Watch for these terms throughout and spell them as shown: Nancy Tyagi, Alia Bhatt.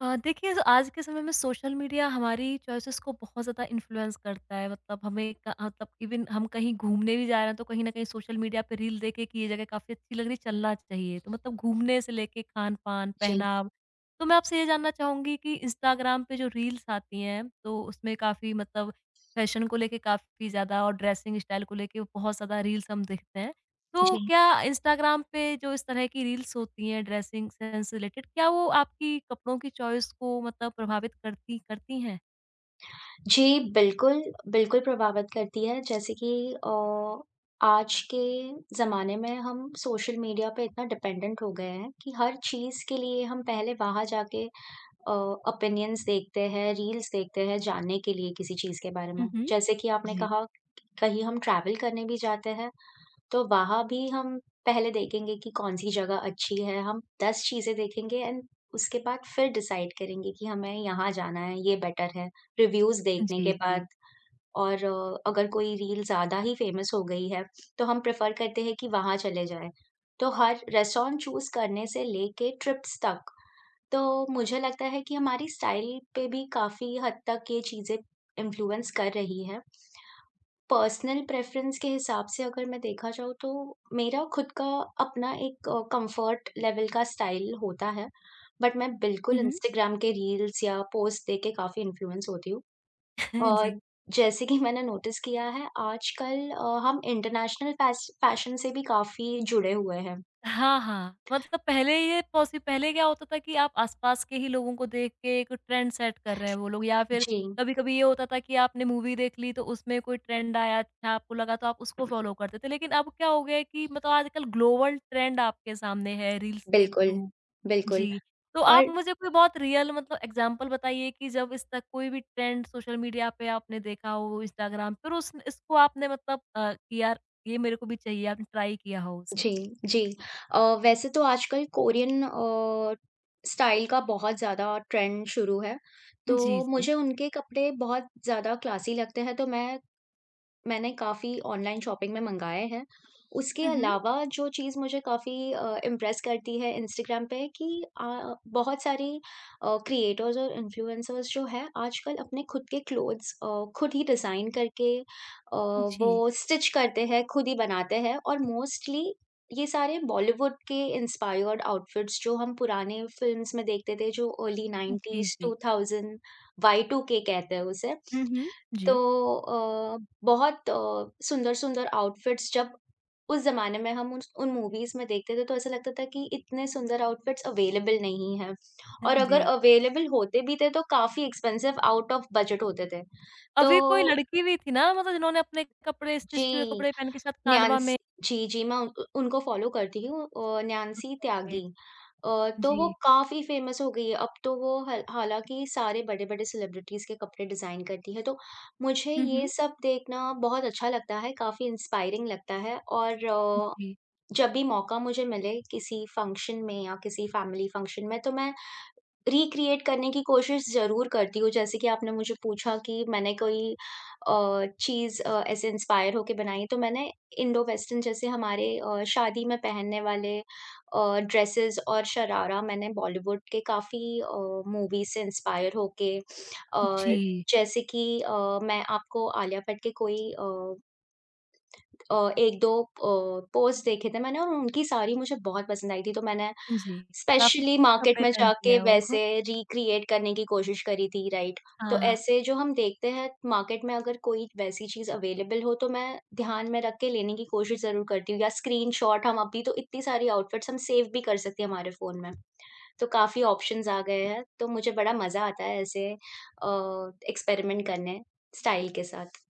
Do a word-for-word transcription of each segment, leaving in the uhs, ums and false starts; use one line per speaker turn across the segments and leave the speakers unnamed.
अ, देखिए जो आज के समय में सोशल मीडिया हमारी चॉइसेस को बहुत ज़्यादा इन्फ्लुएंस करता है, मतलब हमें क- मतलब इवन हम कहीं घूमने भी जा रहे हैं तो कहीं ना कहीं सोशल मीडिया पे रील देखे कि ये जगह काफ़ी अच्छी लग रही चलना चाहिए, तो मतलब घूमने से लेके खान पान
जी,
पहनाव। तो मैं आपसे ये जानना चाहूंगी कि इंस्टाग्राम पे जो रील्स आती हैं तो उसमें काफ़ी मतलब फैशन को लेके काफ़ी ज़्यादा और ड्रेसिंग स्टाइल को लेके बहुत ज़्यादा रील्स हम देखते हैं। तो
जी।
क्या इंस्टाग्राम पे जो इस तरह की रील्स होती हैं ड्रेसिंग सेंस से रिलेटेड, क्या वो आपकी कपड़ों की चॉइस को मतलब प्रभावित करती करती हैं?
जी, बिल्कुल, बिल्कुल प्रभावित करती है जैसे कि अ, आज के ज़माने में हम सोशल मीडिया पे इतना डिपेंडेंट हो गए हैं कि हर चीज़ के लिए हम पहले वहाँ जाके अ, ओपिनियंस देखते हैं, रील्स देखते हैं जानने के लिए किसी चीज़ के बारे में।
हुँ, हुँ।
जैसे कि आपने
जी।
कहा, कहीं हम ट्रैवल करने भी जाते हैं तो वहाँ भी हम पहले देखेंगे कि कौन-सी जगह अच्छी है, हम दस चीज़ें देखेंगे एंड उसके बाद फिर डिसाइड करेंगे कि हमें यहाँ जाना है, ये बेटर है। रिव्यूज़ देखने
जी,
के
जी।
बाद और अ, अगर कोई रील ज़्यादा ही फ़ेमस हो गई है, तो हम प्रेफ़र करते हैं कि वहाँ चले जाएँ। तो हर रेस्टोरेंट चूज़ करने से लेके ट्रिप्स तक, तो मुझे लगता है कि हमारी स्टाइल पे भी काफ़ी हद तक ये चीज़ें इन्फ्लुएंस कर रही हैं। पर्सनल प्रेफ़रेंस के हिसाब से अगर मैं देखा जाऊँ तो मेरा खुद का अपना एक अ, कम्फ़र्ट लेवल का स्टाइल होता है। बट मैं
हुँ,
बिल्कुल
हुँ।
इंस्टाग्राम के रील्स या पोस्ट देख के काफ़ी इन्फ्लुएंस होती हूँ।
जी।
और जैसे कि मैंने नोटिस किया है आजकल अ, हम इंटरनेशनल फैस फैशन से भी काफ़ी जुड़े हुए हैं।
हाँ, हाँ। मतलब पहले ये पॉसि पहले क्या होता था कि आप आस-पास के ही लोगों को देख के एक ट्रेंड सेट कर रहे हैं वो लोग, या फिर
जी,
कभी-कभी ये होता था कि आपने मूवी देख ली तो उसमें कोई ट्रेंड आया, अच्छा आपको लगा तो आप उसको फ़ॉलो करते थे। लेकिन अब क्या हो गया है कि मतलब आजकल ग्लोबल ट्रेंड आपके सामने है रील्स के
बिल्कुल,
थ्रू।
बिल्कुल
जी, तो
और
आप मुझे कोई बहुत रियल मतलब एग्ज़ाम्पल बताइए कि जब इस तक कोई भी ट्रेंड सोशल मीडिया पे आपने देखा हो, इंस्टाग्राम पर उस इसको आपने मतलब अ, कि यार ये मेरे को भी चाहिए, आपने ट्राई किया हो उसे?
जी, जी। अ, वैसे तो आजकल कोरियन अ, स्टाइल का बहुत ज़्यादा ट्रेंड शुरू है, तो
जी, जी।
मुझे उनके कपड़े बहुत ज़्यादा क्लासी लगते हैं, तो मैं मैंने काफ़ी ऑनलाइन शॉपिंग में मँगाए हैं। उसके
हुँ, हुँ।
अलावा जो चीज़ मुझे काफ़ी अ, इम्प्रेस करती है इंस्टाग्राम पे कि अ, बहुत सारी अ, क्रिएटर्स और इन्फ्लुएंसर्स जो हैं आजकल अपने खुद के क्लोथ्स अ, खुद ही डिज़ाइन करके अ, वो
जी।
स्टिच करते हैं, खुद ही बनाते हैं, और मोस्टली ये सारे बॉलीवुड के इंस्पायर्ड आउटफिट्स जो हम पुराने फ़िल्म्स में देखते थे जो अर्ली
जी,
नाइंटीज़,
जी।
टू थाउज़ेंड, वाई टू के कहते हैं उसे।
हुँ, हुँ।
तो
जी।
अ, बहुत अ, सुंदर-सुंदर आउटफिट्स जब उस ज़माने में हम उस उन मूवीज़ में देखते थे, तो ऐसा लगता था कि इतने सुंदर आउटफिट्स अवेलेबल नहीं हैं, और अगर
जी।
अवेलेबल होते भी थे, तो काफ़ी एक्सपेंसिव आउट ऑफ बजट होते थे। तो
अभी कोई लड़की भी थी ना मतलब जिन्होंने अपने कपड़े स्टिच किए हुए
जी।
कपड़े पहन के साथ कानवा
नैन्सी।
में।
जी, जी, मैं उन उनको फ़ॉलो करती हूँ, अ, नैन्सी
ओके, ओके।
त्यागी। अ, तो
जी।
वो काफ़ी फ़ेमस हो गई है, अब तो वो हल हालाँकि सारे बड़े-बड़े सेलिब्रिटीज़ के कपड़े डिज़ाइन करती है, तो मुझे
हुँ,
ये
हुँ।
सब देखना बहुत अच्छा लगता है, काफ़ी इंस्पायरिंग लगता है, और अ,
जी।
जब भी मौका मुझे मिले किसी फंक्शन में या किसी फैमिली फंक्शन में, तो मैं रिक्रिएट करने की कोशिश ज़रूर करती हूँ, जैसे कि आपने मुझे पूछा कि मैंने कोई अ, चीज़ अ, ऐसे इंस्पायर होके बनाई, तो मैंने इंडो वेस्टर्न जैसे हमारे अ, शादी में पहनने वाले अ, ड्रेसेस और शरारा मैंने बॉलीवुड के काफ़ी अ, मूवीज़ से इंस्पायर होके अ,
जी।
जैसे कि अ, मैं आपको आलिया भट्ट के कोई अ अ, एक दो अ, पोस्ट देखे थे मैंने, और उनकी साड़ी मुझे बहुत पसंद आई थी, तो मैंने
जी। काफ़ी
स्पेशली
क्यूट
मार्केट
कपड़े
में
पहनती
जाके
हैं वो।
वैसे रिक्रिएट करने की कोशिश करी थी, राइट?
हाँ,
तो
हाँ।
ऐसे जो हम देखते हैं मार्केट में अगर कोई वैसी चीज़ अवेलेबल हो, तो मैं ध्यान में रख के लेने की कोशिश ज़रूर करती हूँ, या स्क्रीनशॉट हम अभी तो इतनी सारी आउटफिट्स हम सेव भी कर सकते हैं हमारे फ़ोन में, तो काफ़ी ऑप्शंस आ गए हैं, तो मुझे बड़ा मज़ा आता है ऐसे अ, एक्सपेरिमेंट करने स्टाइल के साथ।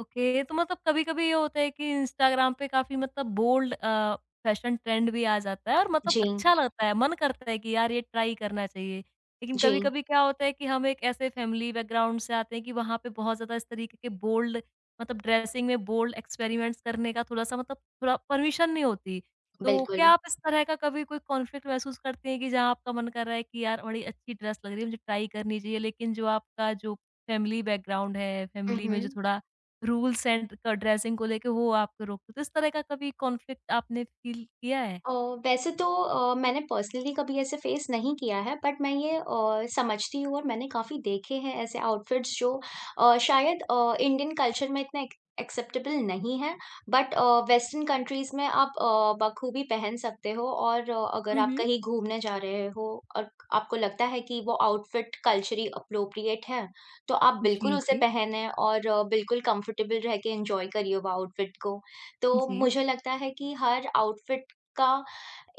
ओके, तो मतलब कभी-कभी ये होता है कि इंस्टाग्राम पे काफ़ी मतलब बोल्ड अ, फैशन ट्रेंड भी आ जाता है और मतलब
जी,
अच्छा लगता है, मन करता है कि यार ये ट्राई करना चाहिए। लेकिन
जी,
कभी-कभी क्या होता है कि हम एक ऐसे फैमिली बैकग्राउंड से आते हैं कि वहाँ पे बहुत ज़्यादा इस तरीके के बोल्ड मतलब ड्रेसिंग में बोल्ड एक्सपेरिमेंट्स करने का थोड़ा-सा मतलब थोड़ा परमिशन नहीं होती। तो क्या
बिल्कुल।
आप इस तरह का कभी कोई कॉन्फ्लिक्ट महसूस करते हैं कि जहाँ आपका मन कर रहा है कि यार बड़ी अच्छी ड्रेस लग रही है, मुझे ट्राई करनी चाहिए, लेकिन जो आपका जो फैमिली बैकग्राउंड है,
हुँ,
फैमिली में जो
हुँ।
थोड़ा रूल्स एंड क ड्रेसिंग को लेके वो आपको रोकते, तो इस तरह का कभी कॉन्फ्लिक्ट आपने फ़ील किया है?
अ, वैसे तो अ, मैंने पर्सनली कभी ऐसे फेस नहीं किया है, बट मैं ये अ, समझती हूँ और मैंने काफ़ी देखे हैं ऐसे आउटफिट्स जो अ, शायद अ, इंडियन कल्चर में इतने एक्सेप्टेबल नहीं है, बट वेस्टर्न कंट्रीज में आप अ, बखूबी पहन सकते हो, और अ, अगर
हुँ,
आप
हुँ।
कहीं घूमने जा रहे हो और आपको लगता है कि वो आउटफिट कल्चरली अप्रोप्रिएट है, तो आप बिल्कुल
जी,
उसे
जी।
पहने और अ, बिल्कुल कंफर्टेबल रह के एंजॉय करिए वो आउटफिट को। तो
जी।
मुझे लगता है कि हर आउटफिट का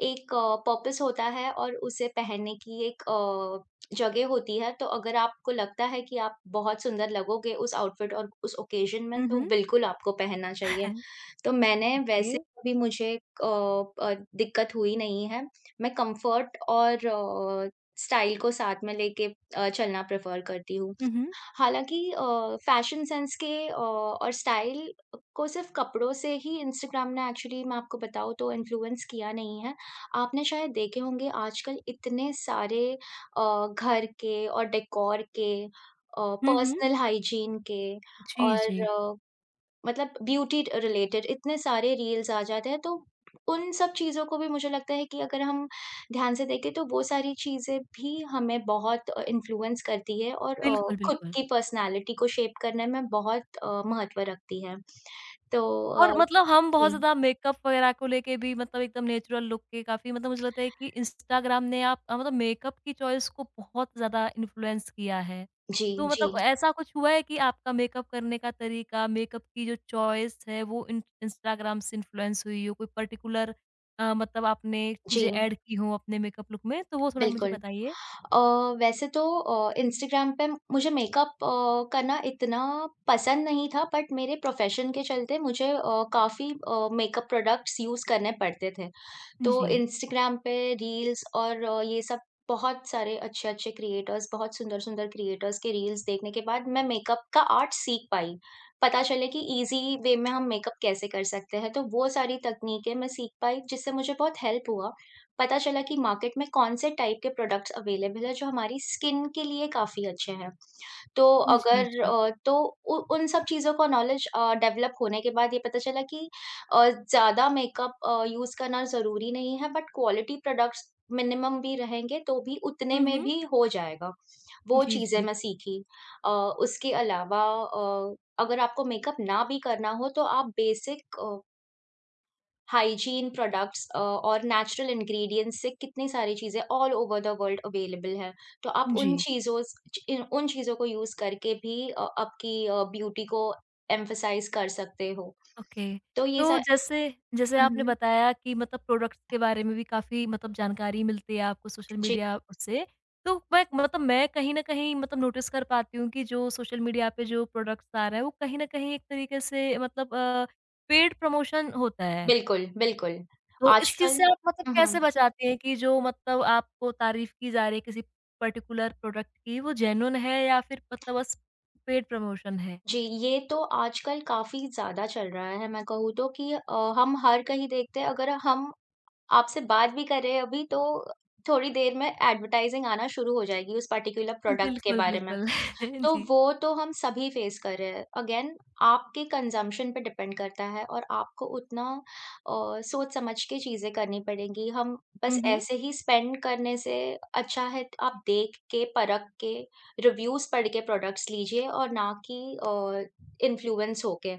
एक पर्पस होता है और उसे पहनने की एक अ, जगह होती है, तो अगर आपको लगता है कि आप बहुत सुंदर लगोगे उस आउटफिट और उस ओकेज़न में,
हुँ,
तो
हुँ।
बिल्कुल आपको पहनना चाहिए। तो मैंने
ओके।
वैसे कभी मुझे अ अ, दिक्कत हुई नहीं है। मैं कम्फ़र्ट और अ, स्टाइल को साथ में लेके अ, चलना प्रेफ़र करती हूँ।
हुँ, हुँ।
हालाँकि अ, फ़ैशन सेंस के अ, और स्टाइल को सिर्फ़ कपड़ों से ही इंस्टाग्राम ने एक्चुअली, मैं आपको बताऊँ तो, इन्फ्लुएंस किया नहीं है। आपने शायद देखे होंगे आजकल इतने सारे अ, घर के और डेकोर के अ,
हुँ, हुँ।
पर्सनल हाइजीन के
जी, जी।
और मतलब ब्यूटी रिलेटेड इतने सारे रील्स आ जाते हैं, तो उन सब चीज़ों को भी मुझे लगता है कि अगर हम ध्यान से देखें तो वो सारी चीज़ें भी हमें बहुत अ, इन्फ्लुएंस करती है और अ,
बिल्कुल,
खुद
बिल्कुल।
की पर्सनैलिटी को शेप करने में बहुत अ, महत्व रखती है। तो अ,
और मतलब हम बहुत
जी,
ज़्यादा मेकअप वगैरह को लेके भी मतलब एकदम नेचुरल लुक के काफ़ी मतलब मुझे लगता है कि इंस्टाग्राम ने आप अ, मतलब मेकअप की चॉइस को बहुत ज़्यादा इन्फ्लुएंस किया है।
जी,
तो
जी,
मतलब ऐसा कुछ हुआ है कि आपका मेकअप करने का तरीका, मेकअप की जो चॉइस है वो इन इंस्टाग्राम से इन्फ्लुएंस हुई हो? कोई पर्टिकुलर अ, मतलब आपने चीज़ें
जी,
ऐड की हों अपने मेकअप लुक में? तो वो थोड़ा मुझे
बिल्कुल।
बताइए।
अ, वैसे तो अ, इंस्टाग्राम पे मुझे मेकअप अ, करना इतना पसंद नहीं था, बट मेरे प्रोफ़ेशन के चलते मुझे अ, काफ़ी अ, मेकअप प्रोडक्ट्स यूज़ करने पड़ते थे। तो
जी।
इंस्टाग्राम पे रील्स और अ, ये सब बहुत सारे अच्छे-अच्छे क्रिएटर्स, बहुत सुंदर-सुंदर क्रिएटर्स के रील्स देखने के बाद मैं मेकअप का आर्ट सीख पाई। पता चले कि ईज़ी वे में हम मेकअप कैसे कर सकते हैं, तो वो सारी तकनीकें मैं सीख पाई जिससे मुझे बहुत हेल्प हुआ। पता चला कि मार्केट में कौन-से टाइप के प्रोडक्ट्स अवेलेबल हैं जो हमारी स्किन के लिए काफ़ी अच्छे हैं। तो
जी,
अगर
जी।
अ, तो उ उन सब चीज़ों का नॉलेज अ, डेवलप होने के बाद ये पता चला कि अ, ज़्यादा मेकअप अ, यूज़ करना ज़रूरी नहीं है, बट क्वालिटी प्रोडक्ट्स मिनिमम भी रहेंगे तो भी उतने
हुँ,
में
हुँ।
भी हो जाएगा। वो
जी,
चीज़ें
जी।
मैं सीखी। अ, उसके अलावा अ, अगर आपको मेकअप ना भी करना हो तो आप बेसिक अ, हाइजीन प्रोडक्ट्स अ, और नेचुरल इंग्रीडिएंट्स से कितनी सारी चीज़ें all over the world available हैं। तो आप
जी।
उन चीज़ों च इन उन चीज़ों को यूज़ करके भी अ, आपकी अ, ब्यूटी को एम्फसाइज़ कर सकते हो।
ओके।
तो ये
तो
सा
जैसे, जैसे
हुँ,
आपने
हुँ।
बताया कि मतलब प्रोडक्ट्स के बारे में भी काफ़ी मतलब जानकारी मिलती है आपको सोशल
जी।
मीडिया उससे। तो मैं मतलब मैं कहीं न कहीं मतलब नोटिस कर पाती हूँ कि जो सोशल मीडिया पे जो प्रोडक्ट्स आ रहा है, वो कहीं न कहीं एक तरीके से मतलब अ, पेड प्रमोशन होता है।
बिल्कुल, बिल्कुल।
तो इस चीज़
आजकल
से आप मतलब
हुँ, हुँ।
कैसे बचाते हैं कि जो मतलब आपको तारीफ़ की जा रही है किसी पर्टिकुलर प्रोडक्ट की, वो जेन्युइन है या फिर मतलब बस पेड प्रमोशन है?
जी, ये तो आजकल काफ़ी ज़्यादा चल रहा है मैं कहूँ तो कि अ, हम हर कहीं देखते हैं, अगर हम आपसे बात भी कर रहे हैं अभी तो थोड़ी देर में एडवर्टाइज़िंग आना शुरू हो जाएगी उस पार्टिकुलर प्रोडक्ट के
बिल्कुल,
बारे में।
बिल्कुल।
तो
जी।
वो तो हम सभी फेस कर रहे हैं। अगेन आपके कंज़म्पशन पे डिपेंड करता है और आपको उतना अ, सोच समझ के चीज़ें करनी पड़ेंगी। हम
हुँ,
बस
हुँ।
ऐसे ही स्पेंड करने से अच्छा है त आप देख के, परख के, रिव्यूज़ पढ़ के प्रोडक्ट्स लीजिए और ना कि अ, इन्फ्लुएंस होके,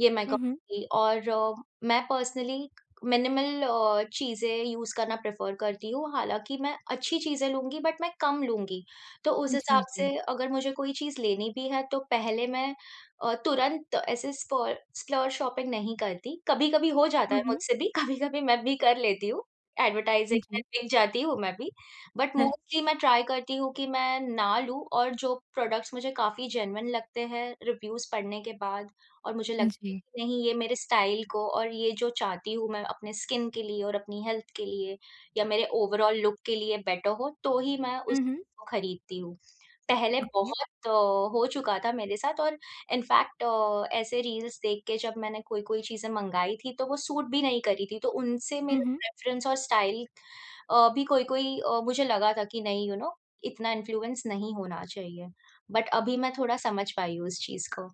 ये मैं
हुँ, हुँ।
कहूँगी। और अ, मैं पर्सनली मिनिमल अ, चीज़ें यूज़ करना प्रेफ़र करती हूँ। हालाँकि मैं अच्छी चीज़ें लूँगी, बट मैं कम लूँगी। तो उस
जी,
हिसाब
जी।
से अगर मुझे कोई चीज़ लेनी भी है तो पहले मैं अ, तुरंत ऐसे स्पॉ स्प्लर्ज शॉपिंग नहीं करती। कभी-कभी हो जाता
हुँ,
है
हुँ।
मुझसे भी, कभी-कभी मैं भी कर लेती हूँ, एडवर्टाइजिंग में
जी।
बिक जाती हूँ मैं भी। बट मोस्टली मैं ट्राई करती हूँ कि मैं ना लूँ, और जो प्रोडक्ट्स मुझे काफ़ी जेन्युइन लगते हैं रिव्यूज़ पढ़ने के बाद और मुझे लगता है
जी।
कि नहीं ये मेरे स्टाइल को और ये जो चाहती हूँ मैं अपने स्किन के लिए और अपनी हेल्थ के लिए या मेरे ओवरऑल लुक के लिए बेटर हो, तो ही मैं
हुँ, हुँ।
को खरीदती हूँ। पहले
ओके।
बहुत अ, हो चुका था मेरे साथ, और इनफैक्ट अ, ऐसे रील्स देख के जब मैंने कोई-कोई चीज़ें मँगाई थी तो वो सूट भी नहीं करी थी, तो उनसे मेरा प्रेफ़रेंस और स्टाइल अ, भी कोई-कोई अ, मुझे लगा था कि नहीं, यू नो इतना इन्फ्लुएंस नहीं होना चाहिए। बट अभी मैं थोड़ा समझ पाई हूँ उस चीज़ को।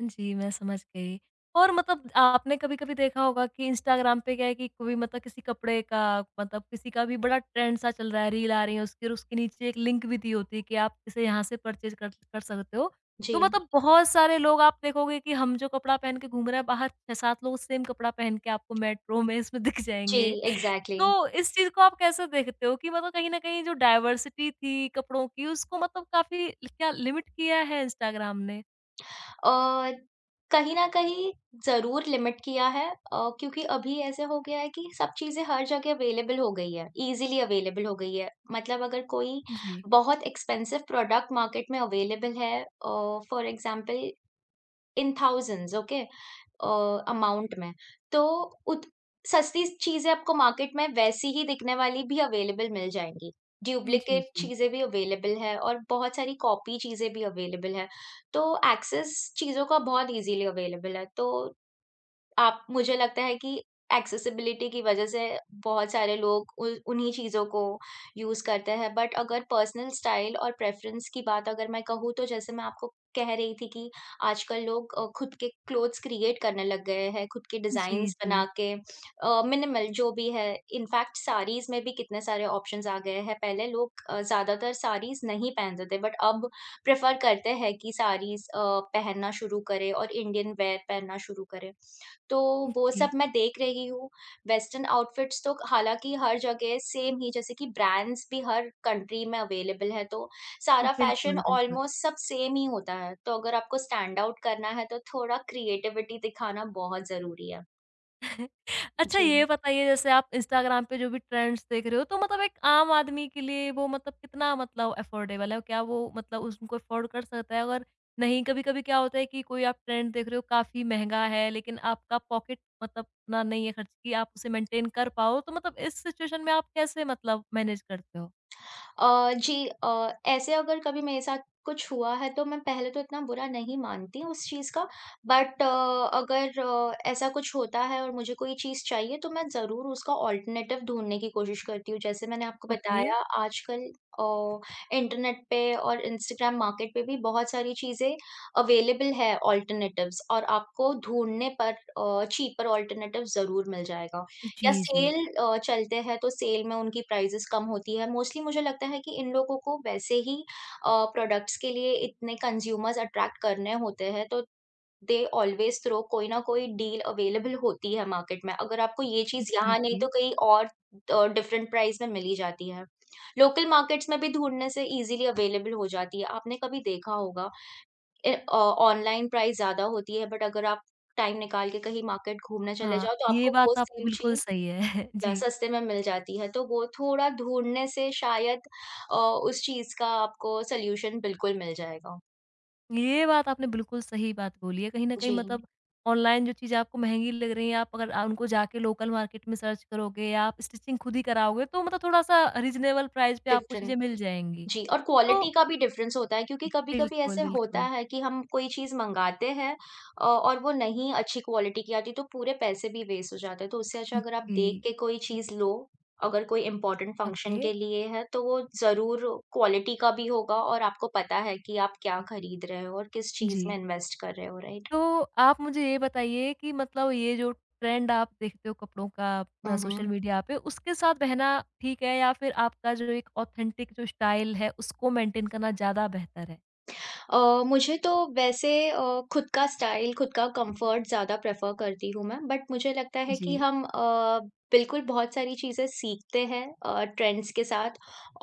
जी, मैं समझ गई। और मतलब आपने कभी-कभी देखा होगा कि इंस्टाग्राम पे क्या है कि कोई मतलब किसी कपड़े का मतलब किसी का भी बड़ा ट्रेंड सा चल रहा है, रील आ रही है उसकी और उसके नीचे एक लिंक भी दी होती है कि आप इसे यहाँ से परचेज़ कर कर सकते हो।
जी,
तो मतलब बहुत सारे लोग आप देखोगे कि हम जो कपड़ा पहन के घूम रहे हैं बाहर, छह सात लोग सेम कपड़ा पहन के आपको मेट्रो में इसमें दिख
जी,
जाएँगे।
एग्ज़ैक्टली।
तो इस चीज़ को आप कैसे देखते हो कि मतलब कहीं न कहीं जो डायवर्सिटी थी कपड़ों की उसको मतलब काफ़ी क्या लिमिट किया है इंस्टाग्राम ने?
अ, कहीं न कहीं ज़रूर लिमिट किया है, अ, क्योंकि अभी ऐसे हो गया है कि सब चीज़ें हर जगह अवेलेबल हो गई है, ईज़िली अवेलेबल हो गई है। मतलब अगर कोई
जी।
बहुत एक्सपेंसिव प्रोडक्ट मार्केट में अवेलेबल है अ, for example in thousands, okay, अ, अमाउंट में। तो उत सस्ती चीज़ें आपको मार्केट में वैसी ही दिखने वाली भी अवेलेबल मिल जाएँगी।
जी,
डुप्लिकेट
जी।
चीज़ें भी अवेलेबल है और बहुत सारी कॉपी चीज़ें भी अवेलेबल है। तो एक्सेस चीज़ों का बहुत ईज़िली अवेलेबल है। तो आप, मुझे लगता है कि एक्सेसिबिलिटी की वजह से बहुत सारे लोग उ उन्हीं चीज़ों को यूज़ करते हैं। बट अगर पर्सनल स्टाइल और प्रेफ़रेंस की बात अगर मैं कहूँ तो जैसे मैं आपको कह रही थी कि आजकल लोग अ, खुद के क्लोथ्स क्रिएट करने लग गए हैं, खुद के
जी,
डिज़ाइन्स बना
जी।
के अ, मिनिमल जो भी है। इनफैक्ट साड़ीज़ में भी कितने सारे ऑप्शंस आ गए हैं। पहले लोग अ, ज़्यादातर साड़ीज़ नहीं पहनते थे, बट अब प्रेफ़र करते हैं कि साड़ीज़ अ, पहनना शुरू करें और इंडियन वेयर पहनना शुरू करें। तो वो सब
जी,
मैं देख रही हूँ। वेस्टर्न आउटफिट्स तो हालाँकि हर जगह सेम ही, जैसे कि ब्रांड्स भी हर कंट्री में अवेलेबल है, तो सारा फ़ैशन
बिल्कुल, बिल्कुल।
ऑलमोस्ट सब सेम ही होता है। तो अगर आपको स्टैंड आउट करना है, तो थोड़ा क्रिएटिविटी दिखाना बहुत ज़रूरी है।
अच्छा
जी।
ये बताइए, जैसे आप इंस्टाग्राम पे जो भी ट्रेंड्स देख रहे हो, तो मतलब एक आम आदमी के लिए वो मतलब कितना मतलब अफोर्डेबल है? क्या वो मतलब उसको अफोर्ड कर सकता है? अगर नहीं, कभी-कभी क्या होता है कि कोई आप ट्रेंड देख रहे हो काफ़ी महँगा है, लेकिन आपका पॉकेट मतलब उतना नहीं है खर्च कि आप उसे मेंटेन कर पाओ, तो मतलब इस सिचुएशन में आप कैसे मतलब मैनेज करते हो?
अ, जी, अ, ऐसे अगर कभी मेरे साथ कुछ हुआ है तो मैं पहले तो इतना बुरा नहीं मानती उस चीज़ का, बट अ, अगर अ, ऐसा कुछ होता है और मुझे कोई चीज़ चाहिए तो मैं ज़रूर उसका ऑल्टरनेटिव ढूँढने की कोशिश करती हूँ। जैसे मैंने आपको
ओके।
बताया, आजकल अ, इंटरनेट पे और इंस्टाग्राम मार्केट पे भी बहुत सारी चीज़ें अवेलेबल है ऑल्टरनेटिव्स, और आपको ढूँढने पर अ, चीपर ऑल्टरनेटिव ज़रूर मिल जाएगा।
जी,
या
जी।
सेल अ, चलते हैं तो सेल में उनकी प्राइसेस कम होती है। मोस्टली मुझे लगता है कि इन लोगों को वैसे ही अ, प्रोडक्ट्स के लिए इतने कंज्यूमर्स अट्रैक्ट करने होते हैं, तो दे ऑलवेज़ थ्रो कोई ना कोई डील अवेलेबल होती है मार्केट में। अगर आपको ये चीज़
जी,
यहाँ नहीं
जी।
तो कहीं और अ, डिफरेंट प्राइस में मिल ही जाती है। लोकल मार्केट्स में भी ढूँढने से ईज़िली अवेलेबल हो जाती है। आपने कभी देखा होगा ए अ, ऑनलाइन प्राइस ज़्यादा होती है, बट अगर आप टाइम निकाल के कहीं मार्केट घूमने चले
हाँ,
जाओ तो
ये
आपको वो
बात आपकी
सेम
बिल्कुल
चीज़
सही है।
या
जी।
सस्ते में मिल जाती है, तो वो थोड़ा ढूँढने से शायद अ, उस चीज़ का आपको सॉल्यूशन बिल्कुल मिल जाएगा।
ये बात आपने बिल्कुल सही बात बोली है। कहीं न कहीं
जी,
मतलब ऑनलाइन जो चीज़ें आपको महँगी लग रही हैं, आप अगर अ, उनको जाके लोकल मार्केट में सर्च करोगे या आप स्टिचिंग खुद ही कराओगे, तो मतलब थोड़ा-सा रीज़नेबल प्राइस पे आपको चीज़ें
डिफ़रेंट
मिल जाएँगी।
जी, और
तो
क्वालिटी का भी डिफ़रेंस होता है, क्योंकि कभी-कभी
बिल्कुल,
ऐसे होता
बिल्कुल।
है कि हम कोई चीज़ मँगाते हैं अ, और वो नहीं अच्छी क्वालिटी की आती, तो पूरे पैसे भी वेस्ट हो जाते हैं। तो उससे अच्छा अगर आप देख
जी।
के कोई
हुँ,
चीज़ लो, अगर कोई इम्पोर्टेंट
ओके।
फंक्शन के लिए है, तो वो ज़रूर क्वालिटी का भी होगा और आपको पता है कि आप क्या खरीद रहे हो और किस चीज़
जी।
में इन्वेस्ट कर रहे हो, राइट?
तो आप मुझे ये बताइए कि मतलब ये जो ट्रेंड आप देखते हो कपड़ों का अ,
हुँ,
सोशल
हुँ।
मीडिया पे, उसके साथ बहना ठीक है या फिर आपका जो एक ऑथेंटिक जो स्टाइल है, उसको मेंटेन करना ज़्यादा बेहतर है?
अ, मुझे तो वैसे अ, खुद का स्टाइल, खुद का कंफर्ट ज़्यादा प्रेफ़र करती हूँ मैं, बट मुझे लगता है
जी।
कि हम अ, बिल्कुल बहुत सारी चीज़ें सीखते हैं अ, ट्रेंड्स के साथ,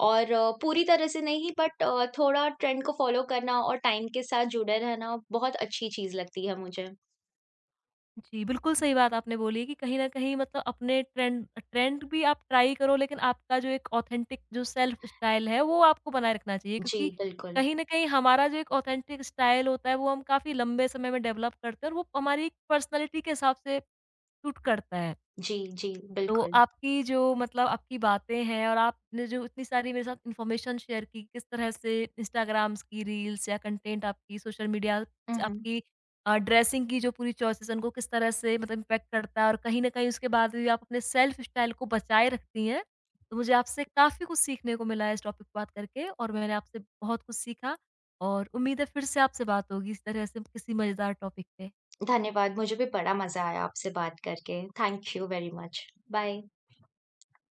और अ, पूरी तरह से नहीं, बट अ, थोड़ा ट्रेंड को फ़ॉलो करना और टाइम के साथ जुड़े रहना बहुत अच्छी चीज़ लगती है मुझे।
जी, बिल्कुल सही बात आपने बोली कि कहीं न कहीं मतलब अपने ट्रेंड ट्रेंड भी आप ट्राई करो, लेकिन आपका जो एक ऑथेंटिक जो सेल्फ स्टाइल है वो आपको बनाए रखना चाहिए
जी,
क्योंकि
बिल्कुल।
कहीं न कहीं हमारा जो एक ऑथेंटिक स्टाइल होता है वो हम काफ़ी लंबे समय में डेवलप करते हैं और वो हमारी पर्सनैलिटी के हिसाब से सूट करता है।
जी, जी,
तो
बिल्कुल।
आपकी जो मतलब आपकी बातें हैं और आपने जो इतनी सारी मेरे साथ इन्फॉर्मेशन शेयर की, किस तरह से इंस्टाग्राम्स की रील्स या कंटेंट आपकी सोशल मीडिया
हुँ, हुँ।
आपकी अ, ड्रेसिंग की जो पूरी चॉइसेस हैं, उनको किस तरह से मतलब इम्पैक्ट करता है और कहीं न कहीं उसके बाद भी आप अपने सेल्फ स्टाइल को बचाए रखती हैं। तो मुझे आपसे काफ़ी कुछ सीखने को मिला है इस टॉपिक पे बात करके और मैंने आपसे बहुत कुछ सीखा और उम्मीद है फिर से आपसे बात होगी इस तरह से किसी मज़ेदार टॉपिक पे।
धन्यवाद, मुझे भी बड़ा मज़ा आया आपसे बात करके। Thank you very much. Bye.